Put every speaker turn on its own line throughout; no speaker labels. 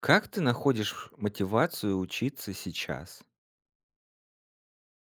Как ты находишь мотивацию учиться сейчас?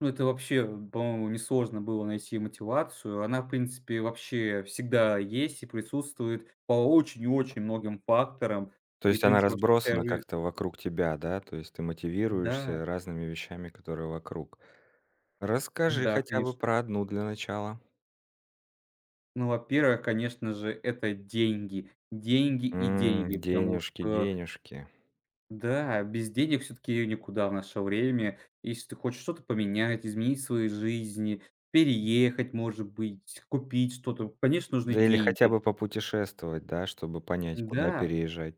Ну, это вообще, по-моему, несложно было найти мотивацию. Она, в принципе, вообще всегда есть и присутствует по очень и очень многим факторам.
То
И, в
есть она
принципе, вообще вся
разбросана
жи
как-то вокруг тебя, да? То есть ты
Да,
мотивируешься разными вещами, которые вокруг. Расскажи
да,
хотя бы
конечно.
про одну для начала.
Ну, во-первых, конечно же, это деньги. Деньги и
М,
деньги, потому
денежки,
что,
денежки.
да, без денег все таки никуда в наше время. Если ты хочешь что-то поменять, изменить в своей жизни, переехать, может быть, купить что-то, конечно, нужны
Да или хотя
деньги.
бы попутешествовать, да, чтобы понять, куда
Да.
переезжать.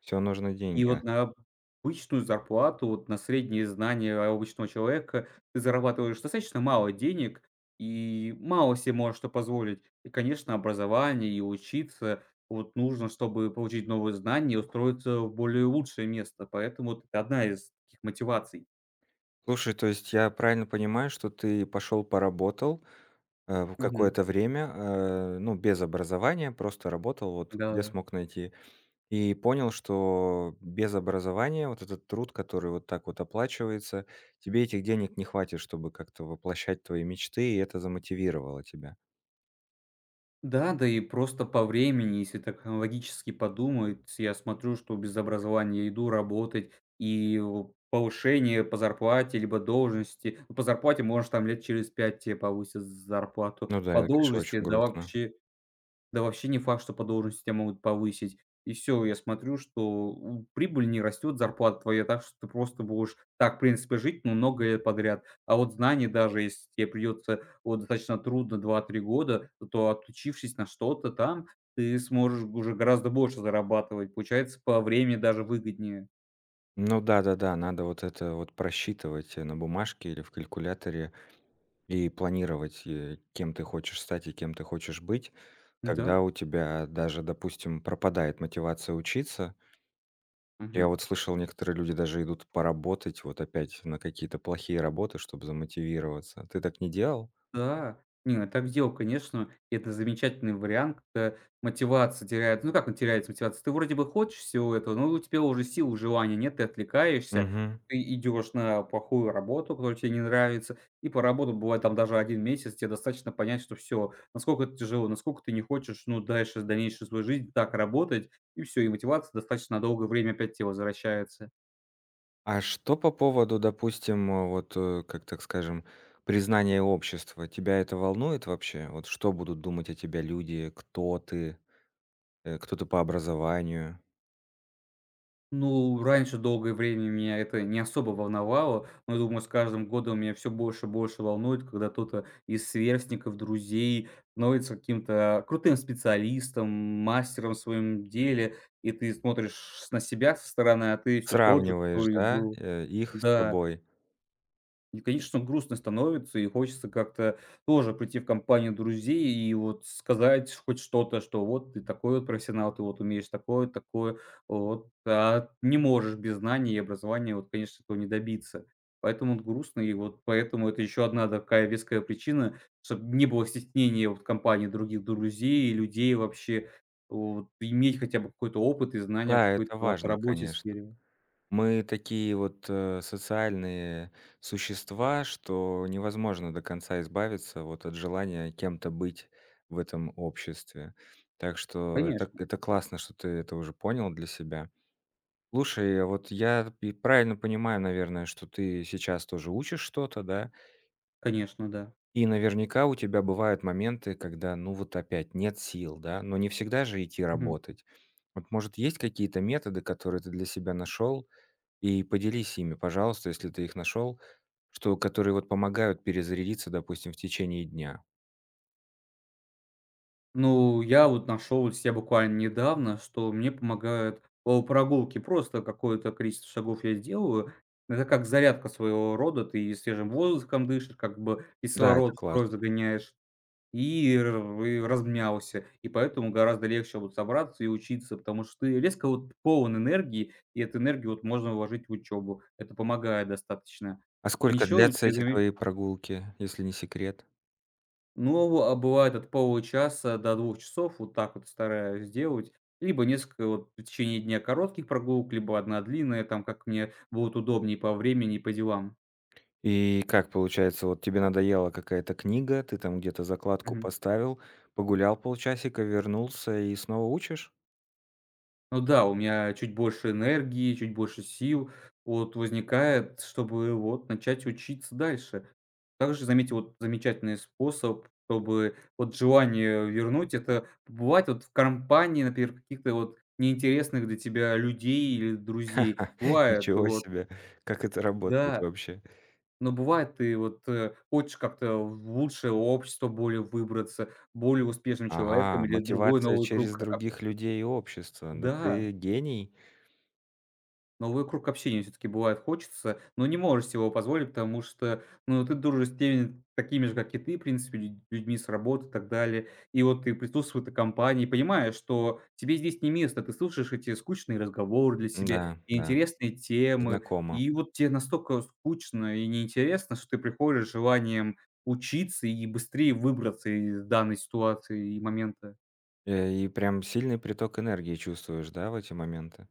Все нужно
И
деньги. А.
вот на обычную зарплату, вот на средние знания обычного человека ты зарабатываешь достаточно мало денег и мало себе можешь что позволить. И, конечно, образование и учиться вот нужно, чтобы получить новые знания и устроиться в более лучшее место. Поэтому вот это одна из таких мотиваций.
Слушай, то есть я правильно понимаю, что ты пошел поработал в
Мгм.
какое-то время, ну, без образования, просто работал, вот где
Да-да.
смог найти. И понял, что без образования вот этот труд, который вот так вот оплачивается, тебе этих денег не хватит, чтобы как-то воплощать твои мечты, и это замотивировало тебя.
Да, да и просто по времени, если так логически подумать, я смотрю, что без образования я иду работать, и у повышение по зарплате либо должности. Ну, по зарплате, может, там лет через 5 тебе повысят зарплату.
Ну да,
По
это, конечно, очень
должности, да
грустно.
вообще да вообще не факт, что по должности тебя могут повысить. И все. Я смотрю, что у прибыль не растет, зарплата твоя, так что ты просто будешь так, в принципе, жить, но много лет подряд. А вот знания, даже если тебе придется вот достаточно трудно два-три года, то отучившись на что-то там, ты сможешь уже гораздо больше зарабатывать. Получается, по времени даже выгоднее.
Ну да-да-да, надо вот это вот просчитывать на бумажке или в калькуляторе и планировать, кем ты хочешь стать и кем ты хочешь быть. Когда
Да.
у тебя даже, допустим, пропадает мотивация учиться, я
Мгм.
вот слышал, некоторые люди даже идут поработать вот опять на какие-то плохие работы, чтобы замотивироваться. Ты так не делал?
Да, не, я так делал, конечно. И это замечательный вариант, когда мотивация теряется. Ну, как он теряется, мотивация? Ты вроде бы хочешь всего этого, но у тебя уже сил, желания нет, ты отвлекаешься,
Мгм.
ты идешь на плохую работу, которая тебе не нравится, и по работе бывает там даже один месяц, тебе достаточно понять, что все, насколько это тяжело, насколько ты не хочешь, ну, дальше, дальнейшую свою жизнь так работать, и все, и мотивация достаточно на долгое время опять тебе возвращается.
А что по поводу, допустим, как так скажем, признания общества? Тебя это волнует вообще? Вот что будут думать о тебе люди? Кто ты? Э, кто ты по образованию?
Ну, раньше долгое время меня это не особо волновало, но, думаю, с каждым годом меня все больше и больше волнует, когда кто-то из сверстников, друзей становится каким-то крутым специалистом, мастером в своем деле, и ты смотришь на себя со стороны, а ты все тот же,
Сравниваешь,
который
да,
был.
их с
Да.
собой?
И, конечно, грустно становится, и хочется как-то тоже прийти в компанию друзей и вот сказать хоть что-то, что вот ты такой вот профессионал, ты вот умеешь такое, такое, вот, а не можешь без знаний и образования, вот, конечно, этого не добиться. Поэтому вот грустно, и вот поэтому это еще одна такая веская причина, чтобы не было стеснения вот в компании других друзей и людей вообще, вот, иметь хотя бы какой-то опыт и знания в
Да,
какой-то
это
вот
важно,
работе,
конечно.
сфере.
Мы такие вот, социальные существа, что невозможно до конца избавиться вот от желания кем-то быть в этом обществе. Так что это
Конечно,
это классно, что ты это уже понял для себя. Слушай, а вот я и правильно понимаю, наверное, что ты сейчас тоже учишь что-то, да?
конечно, да.
И наверняка у тебя бывают моменты, когда, ну, вот опять нет сил, да? Но не всегда же идти работать. Вот, может, есть какие-то методы, которые ты для себя нашел, и поделись ими, пожалуйста, если ты их нашел, что которые вот помогают перезарядиться, допустим, в течение дня.
Ну, я вот нашел для себя буквально недавно, что мне помогают прогулки. Просто какое-то количество шагов я сделаю. Это как зарядка своего рода. Ты и свежим воздухом дышишь, как бы
Да, это
кислород в кровь
классно.
загоняешь, и размялся. И поэтому гораздо легче вот собраться и учиться, потому что ты резко вот полон энергии, и эту энергию вот можно вложить в учебу. Это помогает достаточно.
А сколько
Еще
длятся эти твои прогулки, если не секрет?
Ну, а бывает от получаса до двух часов, вот так вот стараюсь делать. Либо несколько вот в течение дня коротких прогулок, либо одна длинная, там как мне будет удобнее по времени и по делам.
И как получается, вот тебе надоела какая-то книга, ты там где-то закладку
Мгм.
поставил, погулял полчасика, вернулся и снова учишь?
Ну да, у меня чуть больше энергии, чуть больше сил вот возникает, чтобы вот начать учиться дальше. Также заметил вот замечательный способ, чтобы вот желание вернуть- это бывать вот в компании, например, каких-то вот неинтересных для тебя людей или друзей. Бывает
Ничего
вот
себе! Как это работает
Да,
вообще?
но бывает, ты вот, хочешь как-то в лучшее общество более выбраться, более успешным человеком
Ага,
или другой
мотивация
новый
через
круг. А,
других людей и общество. Да ты
да.
гений.
Новый круг общения все таки бывает хочется, но не можешь себе его позволить, потому что, ну, ты дружишь с теми, такими же, как и ты, в принципе, людьми с работы и так далее. И вот ты присутствуешь в этой компании, понимаешь, что тебе здесь не место. Ты слушаешь эти скучные разговоры для себя,
Да, да,
неинтересные темы,
знакомо.
и вот тебе настолько скучно и неинтересно, что ты приходишь с желанием учиться и быстрее выбраться из данной ситуации и момента.
И прям сильный приток энергии чувствуешь, да, в эти моменты?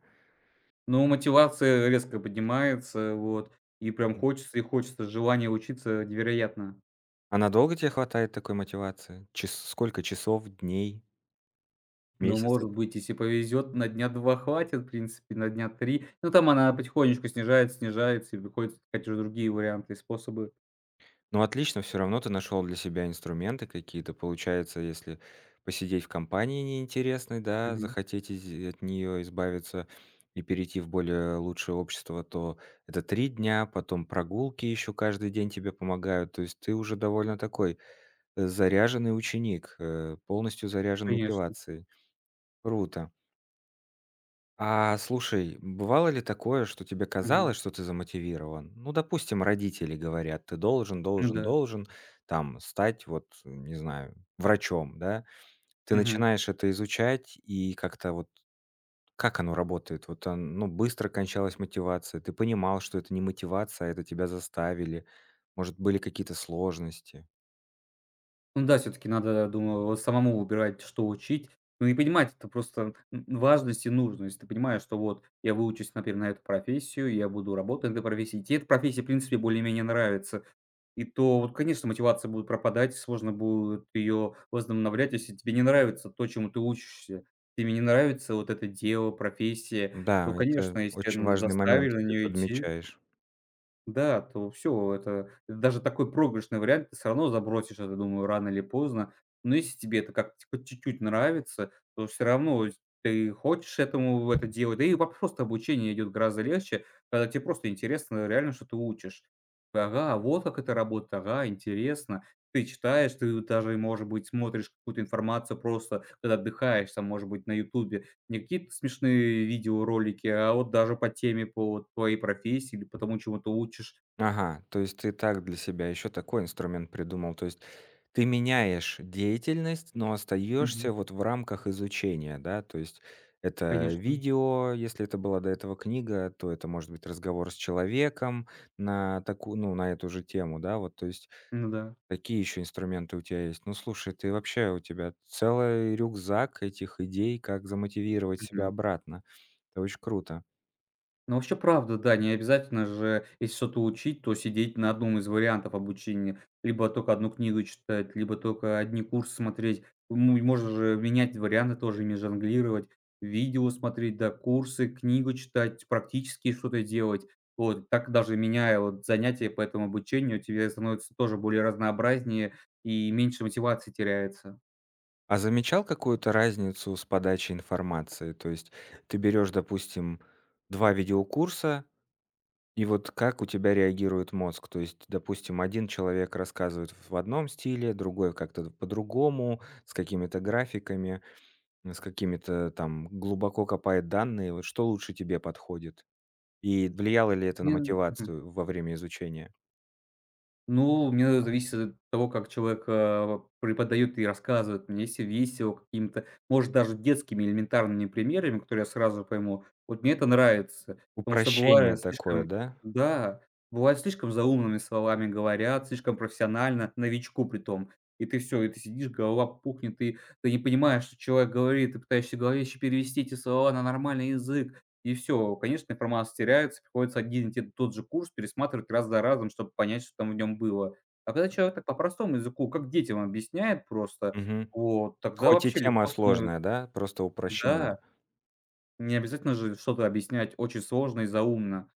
Но мотивация резко поднимается, вот, и прям
М.
хочется и хочется, желание учиться невероятно.
А надолго тебе хватает такой мотивации? Час сколько часов, дней,
Но,
месяцев?
может быть, если повезет, на дня 2 хватит, в принципе, на дня 3. Ну, там она потихонечку снижается, снижается, и приходится искать уже другие варианты и способы.
Ну, отлично, все равно ты нашел для себя инструменты какие-то. Получается, если посидеть в компании неинтересной, да,
Мгм.
захотеть из от нее избавиться и перейти в более лучшее общество, то это 3 дня, потом прогулки еще каждый день тебе помогают. То есть ты уже довольно такой, заряженный ученик, полностью заряжен
Конечно.
мотивацией. Круто. А слушай, бывало ли такое, что тебе
Мгм.
казалось, что ты замотивирован? Ну, допустим, родители говорят, ты должен,
Ну
должен,
да.
должен там стать, вот, не знаю, врачом, да? Ты
Мгм.
начинаешь это изучать, и как-то вот как оно работает? Вот, ну, быстро кончалась мотивация, ты понимал, что это не мотивация, а это тебя заставили, может, были какие-то сложности.
Ну да, все-таки надо, думаю, вот самому выбирать, что учить. Ну и понимать это просто н важность и нужность. Ты понимаешь, что вот я выучусь, например, на эту профессию, я буду работать на этой профессии. И те эта профессия, в принципе, более-менее нравится. И то вот, конечно, мотивация будет пропадать, сложно будет ее возобновлять, если тебе не нравится то, чему ты учишься. Тебе не нравится вот это дело, профессия, то,
Да, это
конечно, если
очень
н
важный
заставили
момент,
на
и ты
нее идти,
подмечаешь.
да, то все, это даже такой проигрышный вариант, ты все равно забросишь это, думаю, рано или поздно. Но если тебе это как хоть чуть-чуть нравится, то все равно с ты хочешь этому это делать. Да и воп просто обучение идет гораздо легче, когда тебе просто интересно реально, что ты учишь. Ага, вот как это работает, ага, интересно. Ты читаешь, ты даже, может быть, смотришь какую-то информацию просто, когда отдыхаешь, там, может быть, на "Ютубе", не какие-то смешные видеоролики, а вот даже по теме, по вот твоей профессии или по тому, чему ты учишь.
Ага, то есть ты так для себя еще такой инструмент придумал. То есть ты меняешь деятельность, но
Мгм.
остаешься вот в рамках изучения, да? То есть это
Конечно.
видео, если это была до этого книга, то это может быть разговор с человеком на такую, ну, на эту же тему, да? Вот, то есть
Ну да.
такие еще инструменты у тебя есть. Ну, слушай, ты вообще, у тебя целый рюкзак этих идей, как замотивировать себя
Мгм.
обратно. Это очень круто.
Ну, вообще, правда, да, не обязательно же, если что-то учить, то сидеть на одном из вариантов обучения. Либо только одну книгу читать, либо только одни курсы смотреть. Ну, и можно же менять варианты тоже, ими жонглировать. Видео смотреть, да, курсы, книгу читать, практически что-то делать. Вот, так даже меняя вот занятия по этому обучению, тебе становится тоже более разнообразнее и меньше мотивации теряется.
А замечал какую-то разницу с подачей информации? То есть ты берешь, допустим, 2 видеокурса, и вот как у тебя реагирует мозг? То есть, допустим, один человек рассказывает в одном стиле, другой как-то по-другому, с какими-то графиками, с какими-то там глубоко копает данные. Вот что лучше тебе подходит? И влияло ли это на
Мен Мгм.
мотивацию во время изучения?
Ну, мне это зависит от того, как человек, преподает и рассказывает мне. Если весело какими-то, может, даже детскими элементарными примерами, которые я сразу пойму, вот мне это нравится. Потому что
Упрощение
бывает
такое,
слишком
да?
да, бывает слишком заумными словами говорят, слишком профессионально, новичку при том. И ты сидишь, голова пухнет, и ты не понимаешь, что человек говорит, ты пытаешься в голове еще перевести эти слова на нормальный язык. И все, конечно, информация теряется, приходится один и те тот же курс пересматривать раз за разом, чтобы понять, что там в нем было. А когда человек так по-простому языку, как детям объясняет просто,
Мгм.
вот, тогда
Хоть и
вообще
тема
легко становится.
сложная, да, просто упрощена.
Да, не обязательно же что-то объяснять очень сложно и заумно.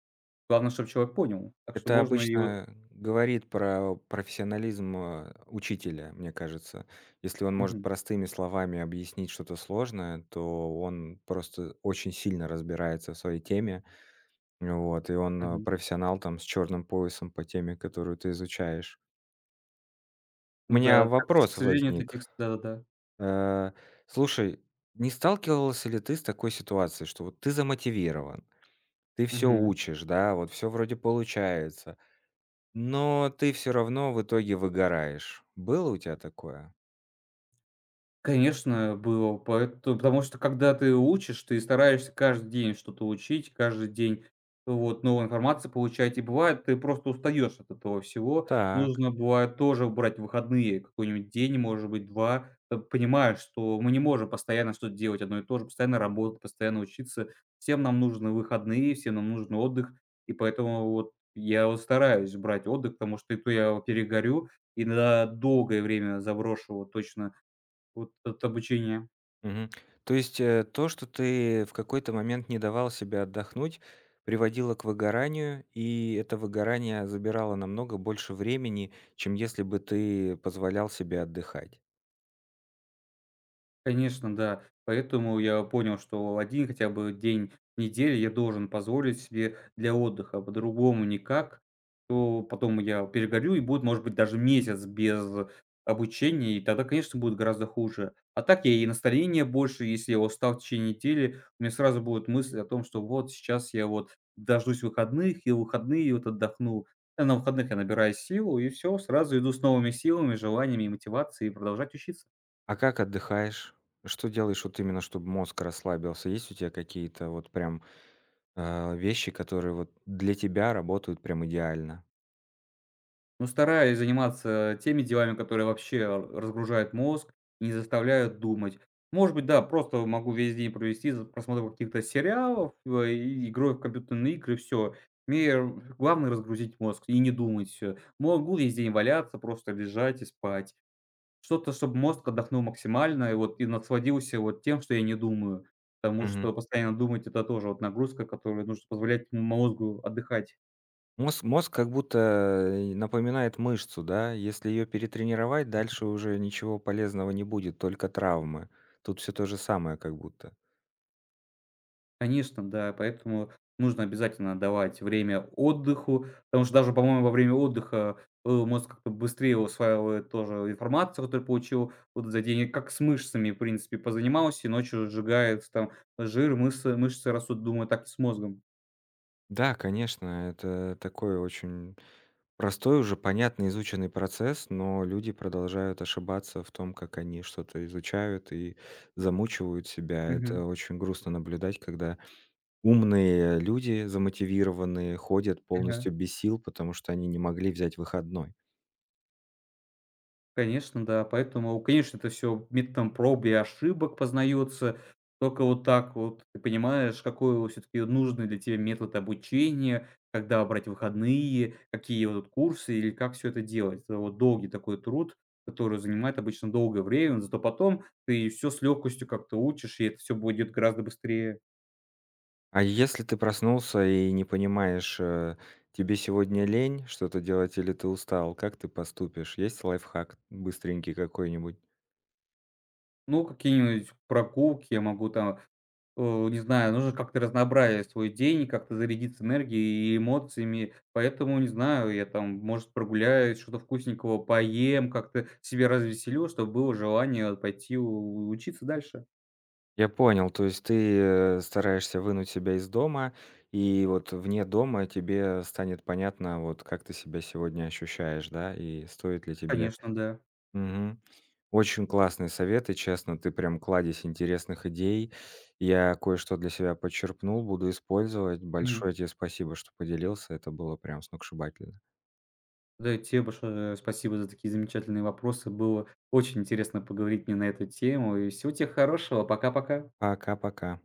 Главное, чтобы человек понял. Так что
Это
можно и вот.
обычно говорит про профессионализм, учителя, мне кажется. Если он может
Мгм,
простыми словами объяснить что-то сложное, то он просто очень сильно разбирается в своей теме. Вот, и он,
мгм.
профессионал там с черным поясом по теме, которую ты изучаешь. У
Ну
меня
да, так, к
вопрос
сожалению,
возник.
таких с да-да-да.
Э, слушай, не сталкивался ли ты с такой ситуацией, что вот ты замотивирован, ты все
Мгм.
учишь, да, вот все вроде получается, но ты все равно в итоге выгораешь. Было у тебя такое?
Конечно, было. Поэтому потому что, когда ты учишь, ты стараешься каждый день что-то учить, каждый день вот новую информацию получать. И бывает, ты просто устаешь от этого всего.
Так.
Нужно бывает тоже брать выходные, какой-нибудь день, может быть, два. Понимаешь, что мы не можем постоянно что-то делать одно и то же, постоянно работать, постоянно учиться. Всем нам нужны выходные, всем нам нужен отдых. И поэтому вот я вот стараюсь брать отдых, потому что и то я перегорю и на долгое время заброшу вот точно вот от обучения.
Мгм. То есть, то, что ты в какой-то момент не давал себе отдохнуть, приводило к выгоранию, и это выгорание забирало намного больше времени, чем если бы ты позволял себе отдыхать.
Конечно, да. Поэтому я понял, что один хотя бы день в неделю я должен позволить себе для отдыха. По-другому никак. То потом я перегорю и будет, может быть, даже месяц без обучения, и тогда, конечно, будет гораздо хуже. А так я и настроение больше, если я устал в течение недели, у меня сразу будет мысль о том, что вот сейчас я вот дождусь выходных, и в выходные вот отдохну. А на выходных я набираю силу, и все, сразу иду с новыми силами, желаниями и мотивацией продолжать учиться.
А как отдыхаешь? Что делаешь вот именно, чтобы мозг расслабился? Есть у тебя какие-то вот прям, вещи, которые вот для тебя работают прям идеально?
Но стараюсь заниматься теми делами, которые вообще разгружают мозг, и не заставляют думать. Может быть, да, просто могу весь день провести за просмотром каких-то сериалов, и игрой в компьютерные игры, все. Мне р главное разгрузить мозг и не думать. Могу весь день валяться, просто лежать и спать. Что-то, чтобы мозг отдохнул максимально и вот и насладился вот тем, что я не думаю. Потому что постоянно думать- это тоже вот нагрузка, которая нужно позволять мозгу отдыхать.
Мозг как будто, напоминает мышцу, да. Если ее перетренировать, дальше уже ничего полезного не будет, только травмы. Тут все то же самое как будто.
Конечно, да, поэтому нужно обязательно давать время отдыху, потому что даже, по-моему, во время отдыха, мозг как-то быстрее усваивает тоже информацию, которую получил вот за день, и как с мышцами, в принципе, позанимался, и ночью сжигается там жир, мышцы растут. Думаю, так и с мозгом.
Да, конечно, это такой очень простой уже, понятный, изученный процесс, но люди продолжают ошибаться в том, как они что-то изучают и замучивают себя. Это
Мгм.
очень грустно наблюдать, когда умные люди, замотивированные, ходят
Ага.
полностью без сил, потому что они не могли взять выходной.
Конечно, да. Поэтому, конечно, это всё методом проб и ошибок познается. Только вот так вот ты понимаешь, какой все таки нужный для тебя метод обучения, когда брать выходные, какие вот курсы или как все это делать. Это вот долгий такой труд, который занимает обычно долгое время, зато потом ты все с легкостью как-то учишь, и это все будет гораздо быстрее.
А если ты проснулся и не понимаешь, тебе сегодня лень что-то делать или ты устал, как ты поступишь? Есть лайфхак быстренький какой-нибудь?
Ну, какие-нибудь прогулки я могу там. Не знаю, нужно как-то разнообразить свой день, как-то зарядиться энергией и эмоциями. Поэтому, не знаю, я там, может, прогуляюсь, что-то вкусненького поем, как-то себя развеселю, чтобы было желание пойти у учиться дальше.
Я понял, то есть ты, стараешься вынуть себя из дома, и вот вне дома тебе станет понятно, вот как ты себя сегодня ощущаешь, да, и стоит ли тебе.
Конечно, да.
Мгм. Очень классные советы, честно, ты прям кладезь интересных идей. Я кое-что для себя подчерпнул, буду использовать.
Мгм.
Большое тебе спасибо, что поделился. Это было прям сногсшибательно.
Да, и тебе большое спасибо за такие замечательные вопросы. Было очень интересно поговорить мне на эту тему. И всего тебе хорошего. Пока-пока.
Пока-пока.